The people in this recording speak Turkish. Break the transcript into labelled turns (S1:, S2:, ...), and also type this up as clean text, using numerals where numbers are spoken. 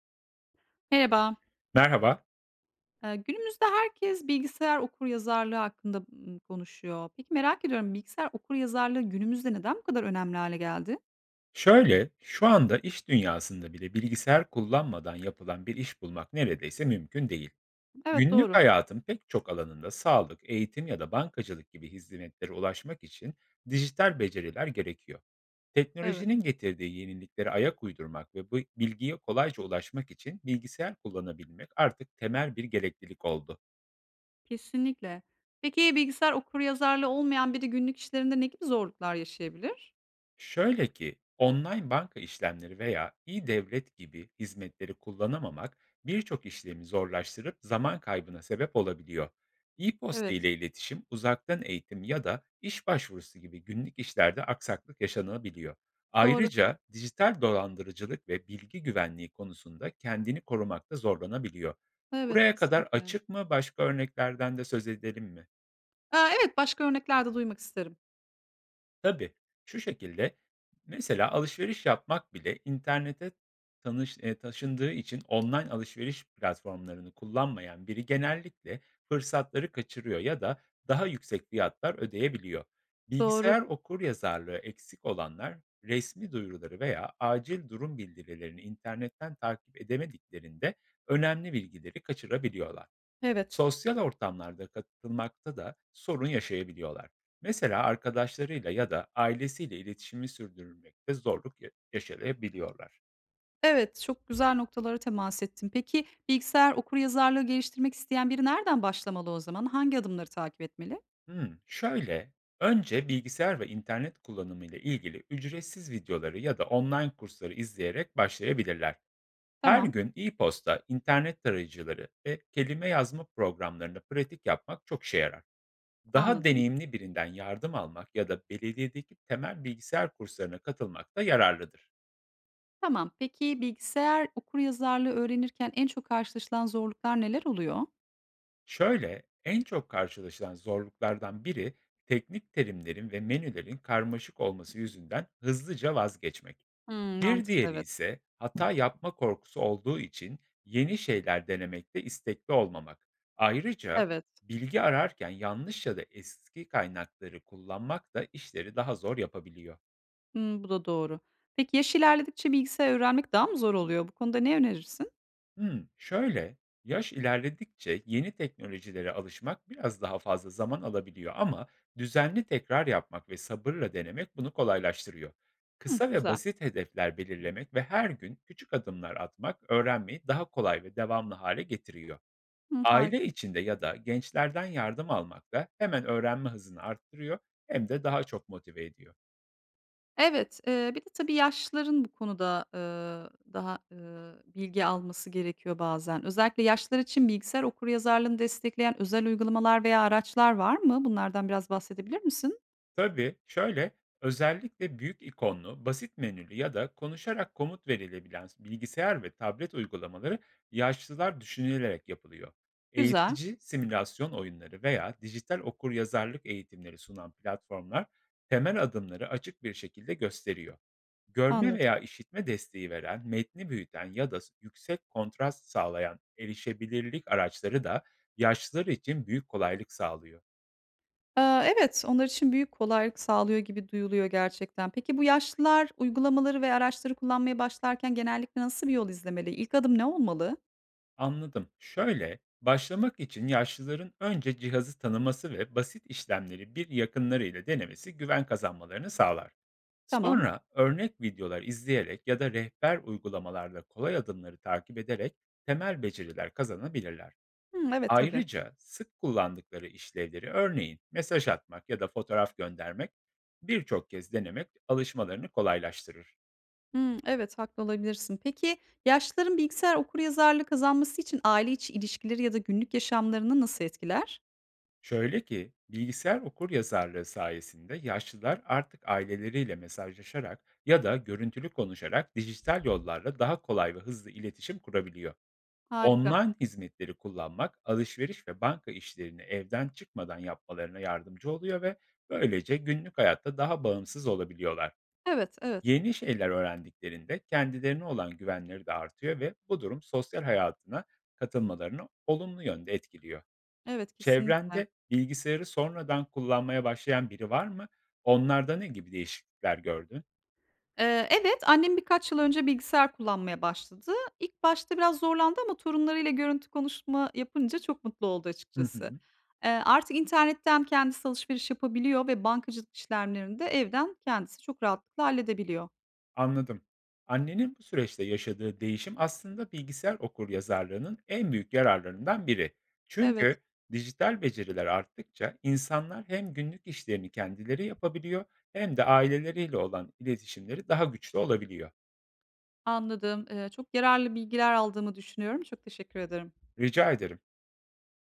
S1: Merhaba.
S2: Merhaba.
S1: Günümüzde herkes bilgisayar okuryazarlığı hakkında, konuşuyor. Peki merak ediyorum, bilgisayar okuryazarlığı günümüzde neden bu kadar önemli hale geldi?
S2: Şöyle, şu anda iş dünyasında bile bilgisayar kullanmadan yapılan bir iş bulmak neredeyse mümkün değil.
S1: Evet,
S2: Günlük
S1: doğru.
S2: hayatın pek çok alanında sağlık, eğitim ya da bankacılık gibi hizmetlere ulaşmak için dijital beceriler gerekiyor.
S1: Evet,
S2: Teknolojinin getirdiği yeniliklere ayak uydurmak ve bu bilgiye kolayca ulaşmak için bilgisayar kullanabilmek artık temel bir gereklilik oldu.
S1: kesinlikle. Peki bilgisayar okuryazarlığı olmayan biri günlük işlerinde ne gibi zorluklar yaşayabilir?
S2: Şöyle ki, online banka işlemleri veya e-devlet gibi hizmetleri kullanamamak birçok işlemi zorlaştırıp zaman kaybına sebep olabiliyor. E-posta
S1: Evet,
S2: ile iletişim, uzaktan eğitim ya da iş başvurusu gibi günlük işlerde aksaklık yaşanabiliyor.
S1: doğru.
S2: Ayrıca dijital dolandırıcılık ve bilgi güvenliği konusunda kendini korumakta zorlanabiliyor.
S1: Evet,
S2: Buraya kadar
S1: kesinlikle.
S2: açık mı? Başka örneklerden de söz edelim mi?
S1: Evet, başka örnekler de duymak isterim.
S2: Tabii, şu şekilde, mesela alışveriş yapmak bile internete tanış taşındığı için online alışveriş platformlarını kullanmayan biri genellikle fırsatları kaçırıyor ya da daha yüksek fiyatlar ödeyebiliyor.
S1: Doğru,
S2: Bilgisayar okuryazarlığı eksik olanlar resmi duyuruları veya acil durum bildirilerini internetten takip edemediklerinde önemli bilgileri kaçırabiliyorlar.
S1: evet.
S2: Sosyal ortamlarda katılmakta da sorun yaşayabiliyorlar. Mesela arkadaşlarıyla ya da ailesiyle iletişimi sürdürmekte zorluk yaşayabiliyorlar.
S1: Evet, çok güzel noktalara temas ettim. Peki bilgisayar okuryazarlığı geliştirmek isteyen biri nereden başlamalı o zaman? Hangi adımları takip etmeli?
S2: Hmm, şöyle, önce bilgisayar ve internet kullanımı ile ilgili ücretsiz videoları ya da online kursları izleyerek başlayabilirler. Her
S1: Tamam,
S2: gün e-posta, internet tarayıcıları ve kelime yazma programlarını pratik yapmak çok işe yarar. Daha
S1: anladım.
S2: deneyimli birinden yardım almak ya da belediyedeki temel bilgisayar kurslarına katılmak da yararlıdır.
S1: Tamam, peki bilgisayar okuryazarlığı öğrenirken en çok karşılaşılan zorluklar neler oluyor?
S2: Şöyle, en çok karşılaşılan zorluklardan biri teknik terimlerin ve menülerin karmaşık olması yüzünden hızlıca vazgeçmek.
S1: Hımm,
S2: Bir
S1: mantıklı,
S2: diğeri
S1: evet.
S2: ise hata yapma korkusu olduğu için yeni şeyler denemekte istekli olmamak. Ayrıca
S1: Evet,
S2: bilgi ararken yanlış ya da eski kaynakları kullanmak da işleri daha zor yapabiliyor.
S1: hımm, bu da doğru. Peki yaş ilerledikçe bilgisayar öğrenmek daha mı zor oluyor? Bu konuda ne önerirsin?
S2: Hımm, şöyle, yaş ilerledikçe yeni teknolojilere alışmak biraz daha fazla zaman alabiliyor ama düzenli tekrar yapmak ve sabırla denemek bunu kolaylaştırıyor.
S1: Hıh,
S2: Kısa ve
S1: güzel.
S2: basit hedefler belirlemek ve her gün küçük adımlar atmak öğrenmeyi daha kolay ve devamlı hale getiriyor.
S1: Hıı,
S2: Aile
S1: harika.
S2: içinde ya da gençlerden yardım almak da hemen öğrenme hızını arttırıyor hem de daha çok motive ediyor.
S1: Evet, bir de tabii yaşlıların bu konuda, bilgi alması gerekiyor bazen. Özellikle yaşlılar için bilgisayar okuryazarlığını destekleyen özel uygulamalar veya araçlar var mı? Bunlardan biraz bahsedebilir misin?
S2: Tabii, şöyle, özellikle büyük ikonlu, basit menülü ya da konuşarak komut verilebilen bilgisayar ve tablet uygulamaları yaşlılar düşünülerek yapılıyor.
S1: Güzel,
S2: Eğitici simülasyon oyunları veya dijital okuryazarlık eğitimleri sunan platformlar temel adımları açık bir şekilde gösteriyor. Görme
S1: anladım.
S2: veya işitme desteği veren, metni büyüten ya da yüksek kontrast sağlayan erişebilirlik araçları da yaşlılar için büyük kolaylık sağlıyor.
S1: Aaa, evet, onlar için büyük kolaylık sağlıyor gibi duyuluyor gerçekten. Peki bu yaşlılar uygulamaları ve araçları kullanmaya başlarken genellikle nasıl bir yol izlemeli? İlk adım ne olmalı?
S2: Anladım. Şöyle, başlamak için yaşlıların önce cihazı tanıması ve basit işlemleri bir yakınlarıyla denemesi güven kazanmalarını sağlar.
S1: Tamam.
S2: Sonra örnek videolar izleyerek ya da rehber uygulamalarla kolay adımları takip ederek temel beceriler kazanabilirler.
S1: Hımm, evet, tabii.
S2: Ayrıca sık kullandıkları işlevleri, örneğin mesaj atmak ya da fotoğraf göndermek, birçok kez denemek alışmalarını kolaylaştırır.
S1: Hımm, evet, haklı olabilirsin. Peki yaşlıların bilgisayar okuryazarlığı kazanması için aile içi ilişkileri ya da günlük yaşamlarını nasıl etkiler?
S2: Şöyle ki, bilgisayar okuryazarlığı sayesinde yaşlılar artık aileleriyle mesajlaşarak ya da görüntülü konuşarak dijital yollarla daha kolay ve hızlı iletişim kurabiliyor.
S1: Harika.
S2: Online hizmetleri kullanmak, alışveriş ve banka işlerini evden çıkmadan yapmalarına yardımcı oluyor ve böylece günlük hayatta daha bağımsız olabiliyorlar.
S1: Evet, evet.
S2: Yeni şeyler öğrendiklerinde kendilerine olan güvenleri de artıyor ve bu durum sosyal hayatına katılmalarını olumlu yönde etkiliyor.
S1: Evet, kesinlikle.
S2: Çevrende bilgisayarı sonradan kullanmaya başlayan biri var mı? Onlarda ne gibi değişiklikler gördün?
S1: Evet, annem birkaç yıl önce bilgisayar kullanmaya başladı. İlk başta biraz zorlandı ama torunlarıyla görüntü konuşma yapınca çok mutlu oldu
S2: Hı
S1: açıkçası.
S2: hı,
S1: Artık internetten kendisi alışveriş yapabiliyor ve bankacılık işlemlerini de evden kendisi çok rahatlıkla halledebiliyor.
S2: anladım. Annenin bu süreçte yaşadığı değişim aslında bilgisayar okuryazarlığının en büyük yararlarından biri.
S1: Evet,
S2: Çünkü dijital beceriler arttıkça insanlar hem günlük işlerini kendileri yapabiliyor hem de aileleriyle olan iletişimleri daha güçlü olabiliyor.
S1: anladım. Çok yararlı bilgiler aldığımı düşünüyorum. Çok teşekkür ederim.
S2: Rica ederim.